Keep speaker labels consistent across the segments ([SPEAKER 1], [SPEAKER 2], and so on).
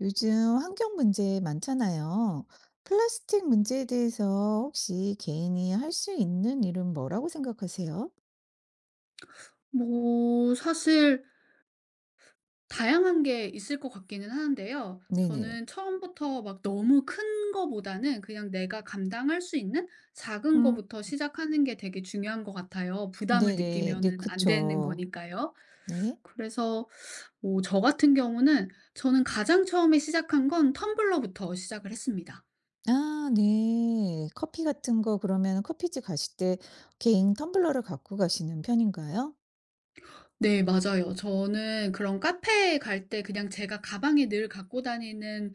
[SPEAKER 1] 요즘 환경 문제 많잖아요. 플라스틱 문제에 대해서 혹시 개인이 할 수 있는 일은 뭐라고 생각하세요?
[SPEAKER 2] 뭐 사실 다양한 게 있을 것 같기는 하는데요.
[SPEAKER 1] 네네.
[SPEAKER 2] 저는 처음부터 막 너무 큰 거보다는 그냥 내가 감당할 수 있는 작은
[SPEAKER 1] 음.
[SPEAKER 2] 거부터 시작하는 게 되게 중요한 것 같아요. 부담을
[SPEAKER 1] 네네. 네,
[SPEAKER 2] 느끼면은 안 되는
[SPEAKER 1] 그쵸.
[SPEAKER 2] 거니까요.
[SPEAKER 1] 네.
[SPEAKER 2] 그래서 뭐 저 같은 경우는, 저는 가장 처음에 시작한 건 텀블러부터 시작을 했습니다.
[SPEAKER 1] 아, 네. 커피 같은 거 그러면 커피집 가실 때 개인 텀블러를 갖고 가시는 편인가요?
[SPEAKER 2] 네, 맞아요. 저는 그런 카페에 갈 때 그냥 제가 가방에 늘 갖고 다니는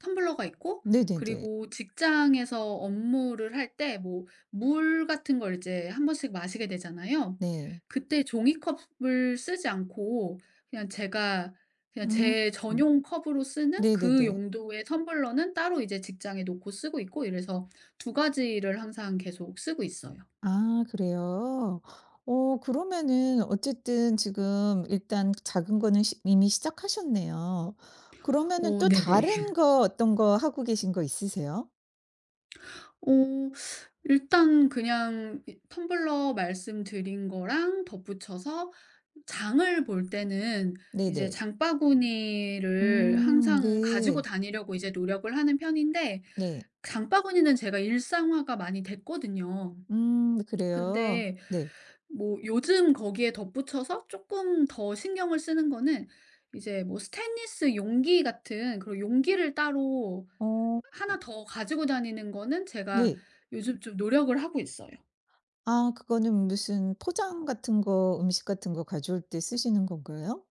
[SPEAKER 2] 텀블러가 있고,
[SPEAKER 1] 네네네.
[SPEAKER 2] 그리고 직장에서 업무를 할 때 뭐 물 같은 걸 이제 한 번씩 마시게 되잖아요.
[SPEAKER 1] 네.
[SPEAKER 2] 그때 종이컵을 쓰지 않고 그냥 제가 그냥
[SPEAKER 1] 음.
[SPEAKER 2] 제
[SPEAKER 1] 음.
[SPEAKER 2] 전용 컵으로 쓰는 그
[SPEAKER 1] 네네네.
[SPEAKER 2] 용도의 텀블러는 따로 이제 직장에 놓고 쓰고 있고, 이래서 두 가지를 항상 계속 쓰고 있어요.
[SPEAKER 1] 아, 그래요? 그러면은 어쨌든 지금 일단 작은 거는 시 이미 시작하셨네요. 그러면은
[SPEAKER 2] 어,
[SPEAKER 1] 또
[SPEAKER 2] 네네.
[SPEAKER 1] 다른 거 어떤 거 하고 계신 거 있으세요?
[SPEAKER 2] 어 일단 그냥 이 텀블러 말씀드린 거랑 덧붙여서 장을 볼 때는 이제
[SPEAKER 1] 네네.
[SPEAKER 2] 장바구니를 항상 가지고
[SPEAKER 1] 네.
[SPEAKER 2] 다니려고 이제 노력을 하는 편인데,
[SPEAKER 1] 네.
[SPEAKER 2] 장바구니는 제가 일상화가 많이 됐거든요.
[SPEAKER 1] 음, 그래요?
[SPEAKER 2] 근데
[SPEAKER 1] 네.
[SPEAKER 2] 뭐 요즘 거기에 덧붙여서 조금 더 신경을 쓰는 거는 이제 뭐 스테인리스 용기 같은 그런 용기를 따로
[SPEAKER 1] 어
[SPEAKER 2] 하나 더 가지고 다니는 거는 제가
[SPEAKER 1] 네.
[SPEAKER 2] 요즘 좀 노력을 하고 있어요.
[SPEAKER 1] 아, 그거는 무슨 포장 같은 거 음식 같은 거 가져올 때 쓰시는 건가요?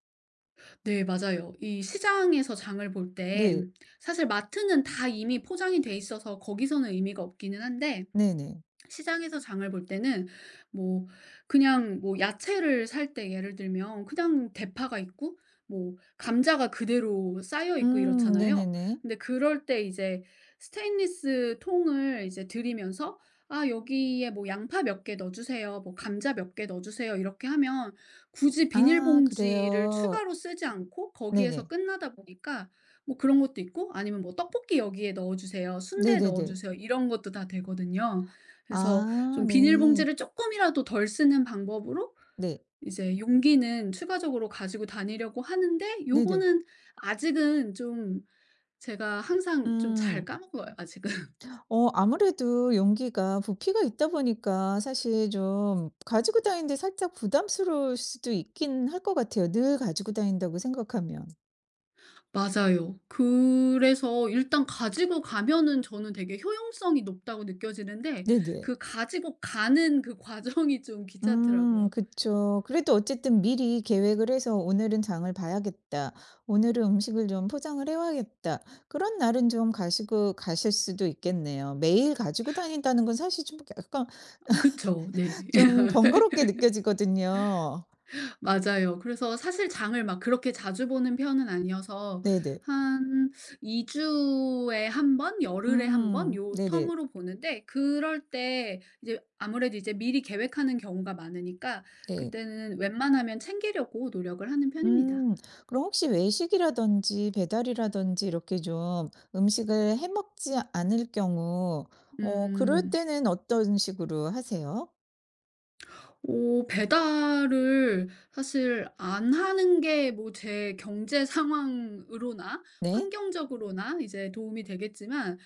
[SPEAKER 2] 네, 맞아요. 이 시장에서 장을 볼 때,
[SPEAKER 1] 네.
[SPEAKER 2] 사실 마트는 다 이미 포장이 돼 있어서 거기서는 의미가 없기는 한데,
[SPEAKER 1] 네네.
[SPEAKER 2] 시장에서 장을 볼 때는 뭐 그냥 뭐 야채를 살 때 예를 들면 그냥 대파가 있고 뭐 감자가 그대로 쌓여 있고 이렇잖아요.
[SPEAKER 1] 네네네.
[SPEAKER 2] 근데 그럴 때 이제 스테인리스 통을 이제 들이면서 "아, 여기에 뭐 양파 몇 개 넣어 주세요. 뭐 감자 몇 개 넣어 주세요." 이렇게 하면 굳이
[SPEAKER 1] 아,
[SPEAKER 2] 비닐봉지를
[SPEAKER 1] 그래요?
[SPEAKER 2] 추가로 쓰지 않고 거기에서
[SPEAKER 1] 네네.
[SPEAKER 2] 끝나다 보니까, 뭐 그런 것도 있고, 아니면 뭐 "떡볶이 여기에 넣어 주세요. 순대 넣어
[SPEAKER 1] 네네네.
[SPEAKER 2] 주세요." 이런 것도 다 되거든요. 그래서
[SPEAKER 1] 아
[SPEAKER 2] 좀
[SPEAKER 1] 네.
[SPEAKER 2] 비닐봉지를 조금이라도 덜 쓰는 방법으로
[SPEAKER 1] 네.
[SPEAKER 2] 이제 용기는 추가적으로 가지고 다니려고 하는데,
[SPEAKER 1] 네네.
[SPEAKER 2] 요거는 아직은 좀, 제가 항상 좀 잘
[SPEAKER 1] 음.
[SPEAKER 2] 까먹어요, 아직은.
[SPEAKER 1] 아무래도 용기가 부피가 있다 보니까 사실 좀 가지고 다니는데 살짝 부담스러울 수도 있긴 할 것 같아요, 늘 가지고 다닌다고 생각하면.
[SPEAKER 2] 맞아요. 그래서 일단 가지고 가면은 저는 되게 효용성이 높다고 느껴지는데
[SPEAKER 1] 네네.
[SPEAKER 2] 그 가지고 가는 그 과정이 좀 귀찮더라고요.
[SPEAKER 1] 그쵸. 그래도 어쨌든 미리 계획을 해서 '오늘은 장을 봐야겠다. 오늘은 음식을 좀 포장을 해 와야겠다.' 그런 날은 좀 가시고 가실 수도 있겠네요. 매일 가지고 다닌다는 건 사실 좀 약간
[SPEAKER 2] 그쵸. 네.
[SPEAKER 1] 좀 번거롭게 느껴지거든요.
[SPEAKER 2] 맞아요. 그래서 사실 장을 막 그렇게 자주 보는 편은 아니어서,
[SPEAKER 1] 네네.
[SPEAKER 2] 한 2 주에 한 번, 열흘에 한 번
[SPEAKER 1] 음.
[SPEAKER 2] 요
[SPEAKER 1] 네네.
[SPEAKER 2] 텀으로 보는데, 그럴 때 이제 아무래도 이제 미리 계획하는 경우가 많으니까
[SPEAKER 1] 네.
[SPEAKER 2] 그때는 웬만하면 챙기려고 노력을 하는 편입니다.
[SPEAKER 1] 음. 그럼 혹시 외식이라든지 배달이라든지 이렇게 좀 음식을 해 먹지 않을 경우 그럴
[SPEAKER 2] 음.
[SPEAKER 1] 때는 어떤 식으로 하세요?
[SPEAKER 2] 배달을 사실 안 하는 게 뭐 제 경제 상황으로나
[SPEAKER 1] 네.
[SPEAKER 2] 환경적으로나 이제 도움이 되겠지만,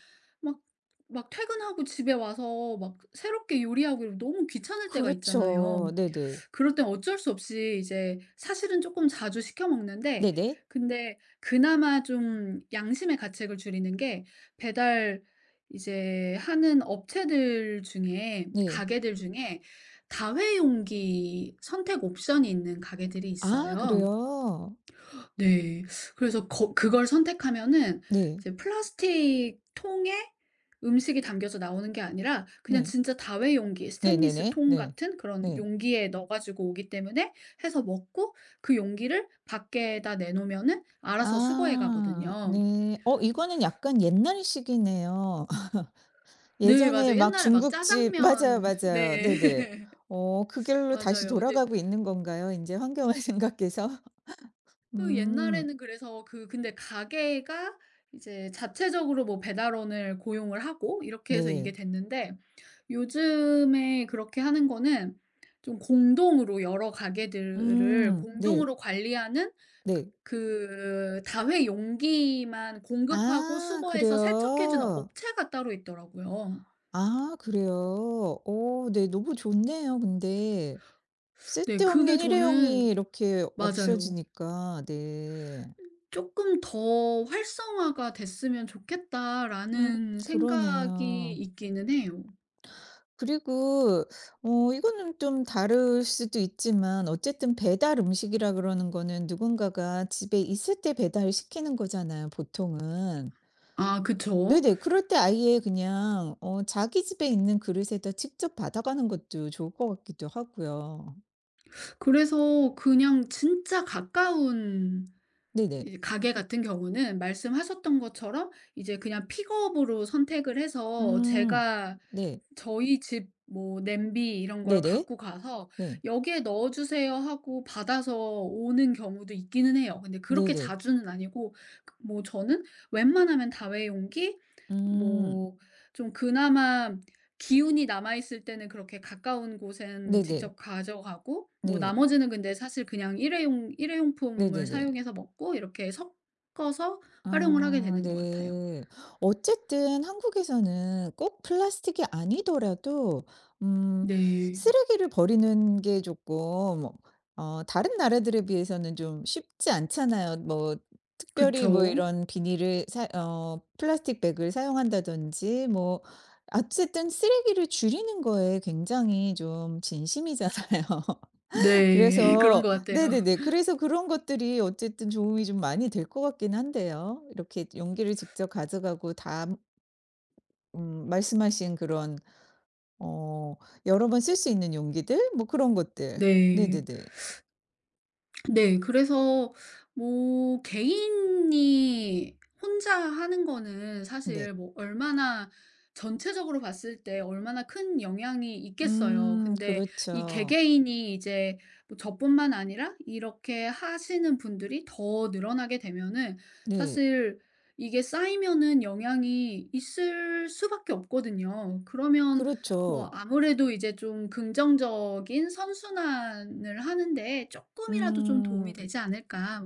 [SPEAKER 2] 막 막 퇴근하고 집에 와서 막 새롭게 요리하고 이러면 너무 귀찮을 때가 있잖아요.
[SPEAKER 1] 그렇죠. 네네.
[SPEAKER 2] 그럴 땐 어쩔 수 없이 이제 사실은 조금 자주 시켜 먹는데,
[SPEAKER 1] 네네.
[SPEAKER 2] 근데 그나마 좀 양심의 가책을 줄이는 게, 배달 이제 하는 업체들 중에,
[SPEAKER 1] 네.
[SPEAKER 2] 가게들 중에 다회용기 선택 옵션이 있는 가게들이
[SPEAKER 1] 아,
[SPEAKER 2] 있어요.
[SPEAKER 1] 그래요?
[SPEAKER 2] 네. 그래서 거 그걸 선택하면은
[SPEAKER 1] 네.
[SPEAKER 2] 이제 플라스틱 통에 음식이 담겨서 나오는 게 아니라 그냥
[SPEAKER 1] 네.
[SPEAKER 2] 진짜 다회용기 스테인리스
[SPEAKER 1] 네네네.
[SPEAKER 2] 통
[SPEAKER 1] 네.
[SPEAKER 2] 같은 그런
[SPEAKER 1] 네.
[SPEAKER 2] 용기에 넣어 가지고 오기 때문에, 해서 먹고 그 용기를 밖에다 내놓으면은 알아서 수거해
[SPEAKER 1] 아.
[SPEAKER 2] 가거든요.
[SPEAKER 1] 네. 이거는 약간 옛날식이네요.
[SPEAKER 2] 네, 맞아요.
[SPEAKER 1] 예전에 막
[SPEAKER 2] 옛날에 막
[SPEAKER 1] 중국집 맞아요,
[SPEAKER 2] 짜장면
[SPEAKER 1] 맞아요.
[SPEAKER 2] 네.
[SPEAKER 1] 네네. 그 길로 다시
[SPEAKER 2] 맞아요. 근데
[SPEAKER 1] 돌아가고 있는 건가요? 인제 환경을 생각해서?
[SPEAKER 2] 그
[SPEAKER 1] 음.
[SPEAKER 2] 옛날에는, 그래서 근데 가게가 이제 자체적으로 뭐 배달원을 고용을 하고 이렇게 해서 이게
[SPEAKER 1] 네.
[SPEAKER 2] 됐는데, 요즘에 그렇게 하는 거는 좀 공동으로, 여러 가게들을
[SPEAKER 1] 음. 네.
[SPEAKER 2] 공동으로 관리하는,
[SPEAKER 1] 네.
[SPEAKER 2] 그 다회 용기만 공급하고
[SPEAKER 1] 아,
[SPEAKER 2] 수거해서 세척해 주는
[SPEAKER 1] 그래요?
[SPEAKER 2] 업체가 따로 있더라고요.
[SPEAKER 1] 아, 그래요? 어 네. 너무 좋네요 근데.
[SPEAKER 2] 네, 그게
[SPEAKER 1] 쓸데없는 일회용이
[SPEAKER 2] 저는,
[SPEAKER 1] 이렇게
[SPEAKER 2] 맞아요.
[SPEAKER 1] 없어지니까. 네.
[SPEAKER 2] 조금 더 활성화가 됐으면
[SPEAKER 1] 음,
[SPEAKER 2] 좋겠다.'라는 생각이
[SPEAKER 1] 그러네요.
[SPEAKER 2] 있기는 해요.
[SPEAKER 1] 그리고 이거는 좀 다를 수도 있지만 어쨌든 배달 음식이라 그러는 거는 누군가가 집에 있을 때 배달시키는 거잖아요, 보통은.
[SPEAKER 2] 아, 그쵸.
[SPEAKER 1] 네네. 그럴 때 아예 그냥 자기 집에 있는 그릇에다 직접 받아가는 것도 좋을 것 같기도 하고요.
[SPEAKER 2] 그래서 그냥 진짜 가까운,
[SPEAKER 1] 네네.
[SPEAKER 2] 이 가게 같은 경우는 말씀하셨던 것처럼 이제 그냥 픽업으로 선택을 해서
[SPEAKER 1] 음.
[SPEAKER 2] 제가
[SPEAKER 1] 네.
[SPEAKER 2] 저희 집 뭐 냄비 이런 걸
[SPEAKER 1] 네네.
[SPEAKER 2] 갖고 가서
[SPEAKER 1] 네.
[SPEAKER 2] "여기에 넣어 주세요." 하고 받아서 오는 경우도 있기는 해요. 근데 그렇게
[SPEAKER 1] 네네.
[SPEAKER 2] 자주는 아니고, 그 뭐 저는 웬만하면 다회용기,
[SPEAKER 1] 음.
[SPEAKER 2] 뭐 좀 그나마 기운이 남아 있을 때는 그렇게 가까운 곳엔
[SPEAKER 1] 네네.
[SPEAKER 2] 직접 가져가고, 뭐
[SPEAKER 1] 네.
[SPEAKER 2] 나머지는 근데 사실 그냥 일회용품을
[SPEAKER 1] 네네네.
[SPEAKER 2] 사용해서 먹고 이렇게 섞어서 활용을 하게
[SPEAKER 1] 아
[SPEAKER 2] 되는 것 같아요.
[SPEAKER 1] 네. 어쨌든 한국에서는 꼭 플라스틱이 아니더라도 음
[SPEAKER 2] 네.
[SPEAKER 1] 쓰레기를 버리는 게 조금 다른 나라들에 비해서는 좀 쉽지 않잖아요. 뭐 특별히 뭐
[SPEAKER 2] 그쵸.
[SPEAKER 1] 이런 비닐을 사 어 플라스틱 백을 사용한다든지 뭐 어쨌든 쓰레기를 줄이는 거에 굉장히 좀 진심이잖아요.
[SPEAKER 2] 네. 그런
[SPEAKER 1] 그래서
[SPEAKER 2] 것 같아요.
[SPEAKER 1] 네네네. 그래서 그런 것들이 어쨌든 도움이 좀 많이 될 것 같긴 한데요. 이렇게 용기를 직접 가져가고 다 말씀하신 그런 어 여러 번 쓸 수 있는 용기들 뭐 그런 것들.
[SPEAKER 2] 네.
[SPEAKER 1] 네네네.
[SPEAKER 2] 네. 그래서 뭐 개인이 혼자 하는 거는 사실
[SPEAKER 1] 네.
[SPEAKER 2] 뭐 얼마나, 전체적으로 봤을 때 얼마나 큰 영향이 있겠어요. 근데 이
[SPEAKER 1] 그렇죠.
[SPEAKER 2] 개개인이 이제 뭐 저뿐만 아니라 이렇게 하시는 분들이 더 늘어나게 되면은
[SPEAKER 1] 네.
[SPEAKER 2] 사실 이게 쌓이면은 영향이 있을 수밖에 없거든요. 그러면 뭐
[SPEAKER 1] 그렇죠.
[SPEAKER 2] 아무래도 이제 좀 긍정적인 선순환을 하는 데 조금이라도 좀 도움이
[SPEAKER 1] 음.
[SPEAKER 2] 되지 않을까,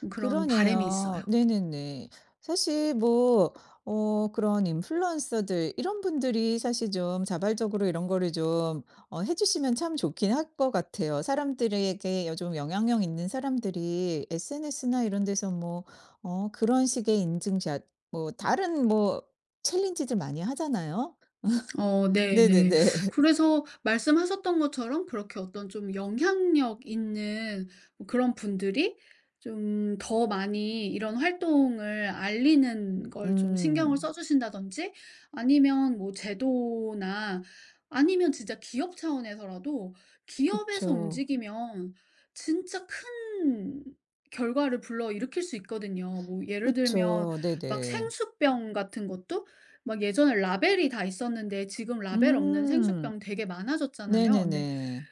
[SPEAKER 2] 뭐 그런 바람이 있어요.
[SPEAKER 1] 그러네요. 네네네. 사실 뭐 그런 인플루언서들 이런 분들이 사실 좀 자발적으로 이런 거를 좀 해 주시면 참 좋긴 할 것 같아요. 사람들에게 여 좀 영향력 있는 사람들이 SNS나 이런 데서 뭐 그런 식의 인증샷 뭐 다른 뭐 챌린지들 많이 하잖아요.
[SPEAKER 2] 어, 네네.
[SPEAKER 1] 네네네.
[SPEAKER 2] 그래서 말씀하셨던 것처럼 그렇게 어떤 좀 영향력 있는 뭐 그런 분들이 좀 더 많이 이런 활동을 알리는 걸 좀 신경을 써
[SPEAKER 1] 음.
[SPEAKER 2] 주신다든지, 아니면 뭐 제도나 아니면 진짜 기업 차원에서라도, 기업에서
[SPEAKER 1] 그쵸.
[SPEAKER 2] 움직이면 진짜 큰 결과를 불러일으킬 수 있거든요. 뭐 예를 들면,
[SPEAKER 1] 그쵸.
[SPEAKER 2] 막
[SPEAKER 1] 네네.
[SPEAKER 2] 생수병 같은 것도 막 예전에 라벨이 다 있었는데 지금 라벨 없는
[SPEAKER 1] 음.
[SPEAKER 2] 생수병 되게 많아졌잖아요. 근데
[SPEAKER 1] 네네네.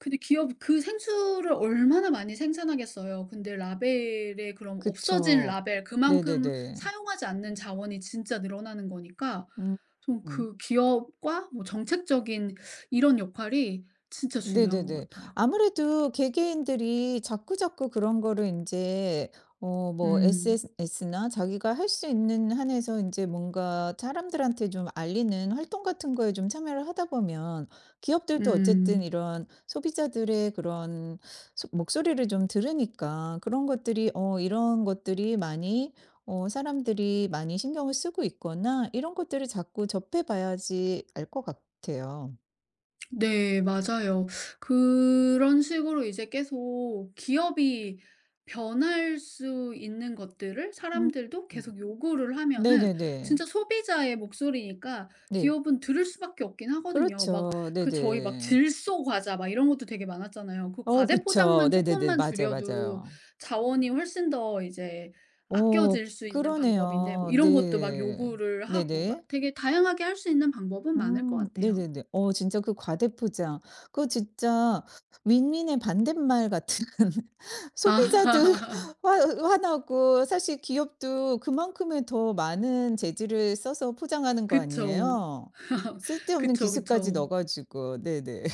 [SPEAKER 2] 근데 기업이 그 생수를 얼마나 많이 생산하겠어요. 근데 라벨에, 그럼 없어진
[SPEAKER 1] 그쵸.
[SPEAKER 2] 라벨 그만큼
[SPEAKER 1] 네네네.
[SPEAKER 2] 사용하지 않는 자원이 진짜 늘어나는 거니까,
[SPEAKER 1] 음.
[SPEAKER 2] 좀 그 기업과 뭐 정책적인 이런 역할이 진짜 중요한 것
[SPEAKER 1] 네네네.
[SPEAKER 2] 같아요.
[SPEAKER 1] 아무래도 개개인들이 자꾸자꾸 그런 거를 인제 뭐
[SPEAKER 2] 음.
[SPEAKER 1] SNS나 자기가 할 수 있는 한에서 인제 뭔가 사람들한테 좀 알리는 활동 같은 거에 좀 참여를 하다 보면 기업들도 어쨌든
[SPEAKER 2] 음.
[SPEAKER 1] 이런 소비자들의 그런 소 목소리를 좀 들으니까 그런 것들이 이런 것들이 많이 사람들이 많이 신경을 쓰고 있거나 이런 것들을 자꾸 접해 봐야지 알 것 같아요.
[SPEAKER 2] 네, 맞아요. 그런 식으로 이제 계속 기업이 변할 수 있는 것들을
[SPEAKER 1] 음.
[SPEAKER 2] 사람들도 계속 요구를 하면은,
[SPEAKER 1] 네네네.
[SPEAKER 2] 진짜 소비자의 목소리니까
[SPEAKER 1] 네.
[SPEAKER 2] 기업은 들을 수밖에 없긴 하거든요. 막
[SPEAKER 1] 그렇죠.
[SPEAKER 2] 그 저희 막
[SPEAKER 1] 네네.
[SPEAKER 2] 질소 과자 막 이런 것도 되게 많았잖아요. 그
[SPEAKER 1] 어,
[SPEAKER 2] 과제
[SPEAKER 1] 그쵸.
[SPEAKER 2] 포장만
[SPEAKER 1] 네네네.
[SPEAKER 2] 조금만
[SPEAKER 1] 맞아요,
[SPEAKER 2] 줄여도
[SPEAKER 1] 맞아요.
[SPEAKER 2] 자원이 훨씬 더 이제
[SPEAKER 1] 어,
[SPEAKER 2] 아껴질 수 있는 방법인데, 뭐
[SPEAKER 1] 그러네요.
[SPEAKER 2] 이런 것도 막
[SPEAKER 1] 네.
[SPEAKER 2] 요구를 하고, 막
[SPEAKER 1] 네네.
[SPEAKER 2] 되게 다양하게 할 수 있는 방법은 많을 것 같아요.
[SPEAKER 1] 네네네. 진짜 그 과대포장 그거 진짜 윈윈의 반대말 같은 소비자도
[SPEAKER 2] 아.
[SPEAKER 1] 화 화나고 사실 기업도 그만큼의 더 많은 재질을 써서 포장하는 거
[SPEAKER 2] 그쵸.
[SPEAKER 1] 아니에요? 쓸데없는 기
[SPEAKER 2] 그쵸,
[SPEAKER 1] 술까지
[SPEAKER 2] 그쵸.
[SPEAKER 1] 넣어 가지고. 네네.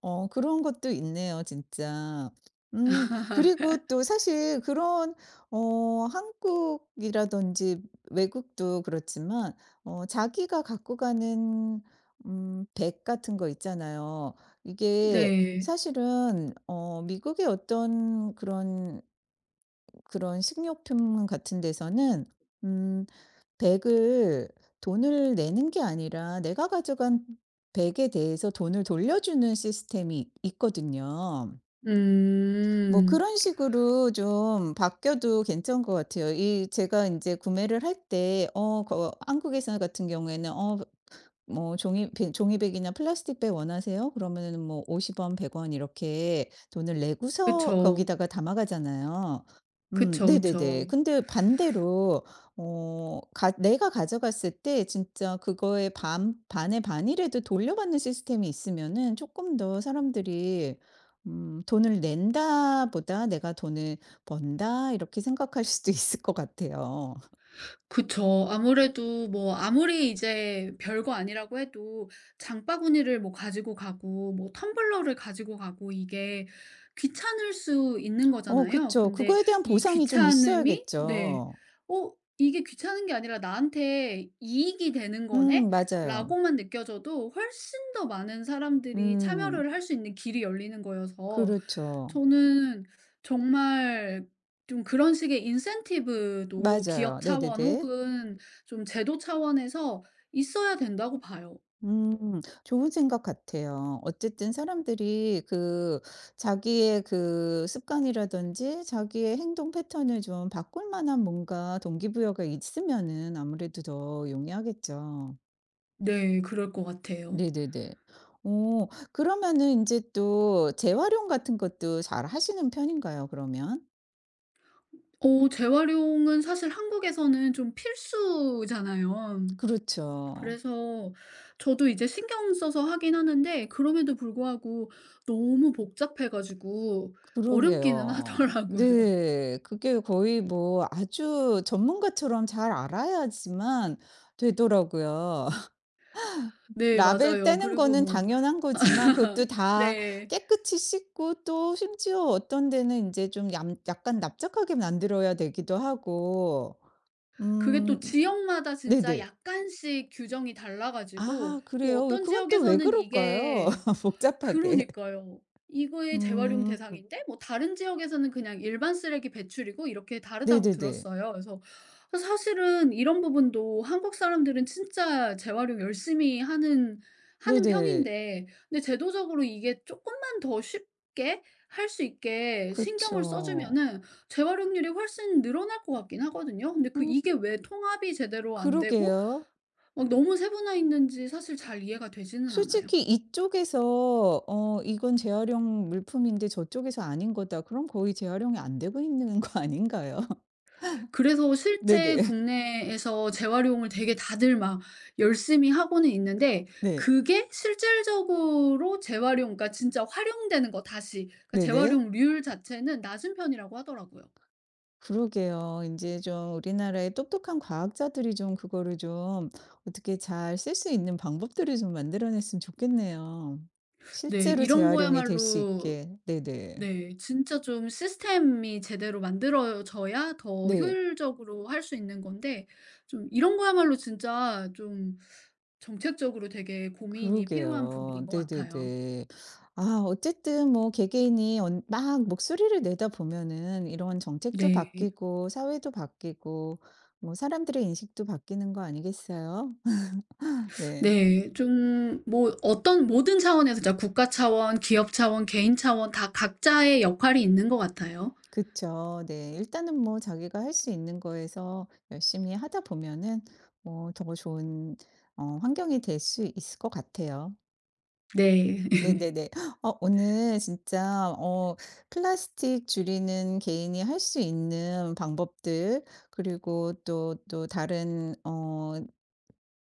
[SPEAKER 1] 그런 것도 있네요 진짜. 음, 그리고 또 사실 그런 한국이라든지 외국도 그렇지만 자기가 갖고 가는 백 같은 거 있잖아요. 이게
[SPEAKER 2] 네.
[SPEAKER 1] 사실은 미국의 어떤 그런 식료품 같은 데서는 음 백을 돈을 내는 게 아니라 내가 가져간 백에 대해서 돈을 돌려주는 시스템이 있거든요. 뭐
[SPEAKER 2] 음.
[SPEAKER 1] 그런 식으로 좀 바뀌어도 괜찮은 것 같아요. 이 제가 인제 구매를 할 때 어 거 한국에서 같은 경우에는 뭐 종이백이나 플라스틱백 원하세요? 그러면은 뭐 50원 100원 이렇게 돈을 내고서
[SPEAKER 2] 그쵸.
[SPEAKER 1] 거기다가 담아가잖아요.
[SPEAKER 2] 그쵸,
[SPEAKER 1] 네네네.
[SPEAKER 2] 그쵸.
[SPEAKER 1] 근데 반대로 어 가 내가 가져갔을 때 진짜 그거의 반 반의 반이라도 돌려받는 시스템이 있으면은 조금 더 사람들이 '돈을 낸다 보다 내가 돈을 번다.' 이렇게 생각할 수도 있을 것 같아요.
[SPEAKER 2] 그쵸. 아무래도 뭐 아무리 이제 별거 아니라고 해도 장바구니를 뭐 가지고 가고 뭐 텀블러를 가지고 가고, 이게 귀찮을 수 있는
[SPEAKER 1] 어,
[SPEAKER 2] 거잖아요.
[SPEAKER 1] 그쵸.
[SPEAKER 2] 근데
[SPEAKER 1] 그거에 대한
[SPEAKER 2] 이
[SPEAKER 1] 보상이 좀
[SPEAKER 2] 귀찮음이, 네.
[SPEAKER 1] 있어야겠죠.
[SPEAKER 2] "어 이게 귀찮은 게 아니라 나한테 이익이 되는 거네?'
[SPEAKER 1] 맞아요.
[SPEAKER 2] 라고만 느껴져도 훨씬 더 많은 사람들이
[SPEAKER 1] 음
[SPEAKER 2] 참여를 할 수 있는 길이 열리는 거여서,
[SPEAKER 1] 그렇죠.
[SPEAKER 2] 저는 정말 좀 그런 식의 인센티브도 기업
[SPEAKER 1] 맞아요.
[SPEAKER 2] 차원
[SPEAKER 1] 네네네.
[SPEAKER 2] 혹은 좀 제도 차원에서 있어야 된다고 봐요.
[SPEAKER 1] 좋은 생각 같아요. 어쨌든 사람들이 그 자기의 그 습관이라든지 자기의 행동 패턴을 좀 바꿀 만한 뭔가 동기부여가 있으면은 아무래도 더 용이하겠죠.
[SPEAKER 2] 네. 그럴 것 같아요.
[SPEAKER 1] 네네네. 오, 그러면은 이제 또 재활용 같은 것도 잘 하시는 편인가요, 그러면?
[SPEAKER 2] 어, 재활용은 사실 한국에서는 좀 필수잖아요.
[SPEAKER 1] 그렇죠.
[SPEAKER 2] 그래서 저도 이제 신경 써서 하긴 하는데, 그럼에도 불구하고 너무 복잡해 가지고 어렵기는
[SPEAKER 1] 그러게요.
[SPEAKER 2] 하더라고요.
[SPEAKER 1] 네. 그게 거의 뭐 아주 전문가처럼 잘 알아야지만 되더라고요.
[SPEAKER 2] 네,
[SPEAKER 1] 라벨
[SPEAKER 2] 맞아요.
[SPEAKER 1] 떼는
[SPEAKER 2] 그리고
[SPEAKER 1] 거는
[SPEAKER 2] 뭐,
[SPEAKER 1] 당연한 거지만 그것도 다
[SPEAKER 2] 네.
[SPEAKER 1] 깨끗이 씻고 또 심지어 어떤 데는 이제 좀 얌 약간 납작하게 만들어야 되기도 하고.
[SPEAKER 2] 그게
[SPEAKER 1] 음
[SPEAKER 2] 또 지역마다 진짜
[SPEAKER 1] 네네.
[SPEAKER 2] 약간씩 규정이 달라 가지고,
[SPEAKER 1] 아,
[SPEAKER 2] 뭐
[SPEAKER 1] 그래요? 왜
[SPEAKER 2] 어떤
[SPEAKER 1] 그건 또 왜
[SPEAKER 2] 지역에서는
[SPEAKER 1] 그럴까요?
[SPEAKER 2] 이게
[SPEAKER 1] 복잡하게.
[SPEAKER 2] 그러니까요, 이거의 재활용
[SPEAKER 1] 음.
[SPEAKER 2] 대상인데 뭐 다른 지역에서는 그냥 일반 쓰레기 배출이고 이렇게 다르다고
[SPEAKER 1] 네네네.
[SPEAKER 2] 들었어요. 그래서 사실은 이런 부분도 한국 사람들은 진짜 재활용 열심히 하는
[SPEAKER 1] 네네.
[SPEAKER 2] 편인데, 근데 제도적으로 이게 쪼끔만 더 쉽게 할 수 있게 신경을 써
[SPEAKER 1] 그쵸.
[SPEAKER 2] 주면은 재활용률이 훨씬 늘어날 것 같긴 하거든요. 근데 그
[SPEAKER 1] 음
[SPEAKER 2] 이게 왜 통합이 제대로 안 되고
[SPEAKER 1] 그러게요.
[SPEAKER 2] 막 너무 세분화 있는지 사실 잘 이해가 되지는 않아요.
[SPEAKER 1] 솔직히 이쪽에서 '이건 재활용 물품인데 저쪽에서 아닌 거다.' 그럼 거의 재활용이 안 되고 있는 거 아닌가요?
[SPEAKER 2] 그래서 실제
[SPEAKER 1] 네네.
[SPEAKER 2] 국내에서 재활용을 되게 다들 막 열심히 하고는 있는데,
[SPEAKER 1] 네.
[SPEAKER 2] 그게 실질적으로 재활용, 그러니까 진짜 활용되는 거, 다시 그러니까
[SPEAKER 1] 네네.
[SPEAKER 2] 재활용률 자체는 낮은 편이라고 하더라고요.
[SPEAKER 1] 그러게요. 이제 좀 우리나라의 똑똑한 과학자들이 좀 그거를 좀 어떻게 잘 쓸 수 있는 방법들을 좀 만들어 냈으면 좋겠네요.
[SPEAKER 2] 네.
[SPEAKER 1] 실제로
[SPEAKER 2] 이런
[SPEAKER 1] 재활용이 될 수
[SPEAKER 2] 거야말로,
[SPEAKER 1] 있게. 네네.
[SPEAKER 2] 네. 진짜 좀 시스템이 제대로 만들어져야 더
[SPEAKER 1] 네.
[SPEAKER 2] 효율적으로 할 수 있는 건데, 좀 이런 거야말로 진짜 좀 정책적으로 되게 고민이 필요한 부분인
[SPEAKER 1] 그러게요.
[SPEAKER 2] 것 같아요.
[SPEAKER 1] 네네네. 아, 어쨌든 뭐 개개인이 언 막 목소리를 내다 보면은 이런 정책도
[SPEAKER 2] 네.
[SPEAKER 1] 바뀌고 사회도 바뀌고 뭐 사람들의 인식도 바뀌는 거 아니겠어요? 네.
[SPEAKER 2] 네. 좀 뭐 어떤 모든 차원에서, 진짜 국가 차원, 기업 차원, 개인 차원 다 각자의 역할이 있는 것 같아요.
[SPEAKER 1] 그쵸. 네. 일단은 뭐 자기가 할 수 있는 거에서 열심히 하다 보면은 뭐 더 좋은 환경이 될 수 있을 것 같아요.
[SPEAKER 2] 네.
[SPEAKER 1] 네네네. 오늘 진짜 플라스틱 줄이는 개인이 할 수 있는 방법들 그리고 또 다른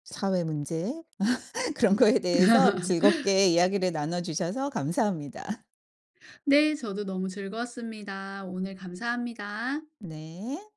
[SPEAKER 1] 사회 문제 그런 거에 대해서 즐겁게 이야기를 나눠 주셔서 감사합니다.
[SPEAKER 2] 네. 저도 너무 즐거웠습니다. 오늘 감사합니다.
[SPEAKER 1] 네.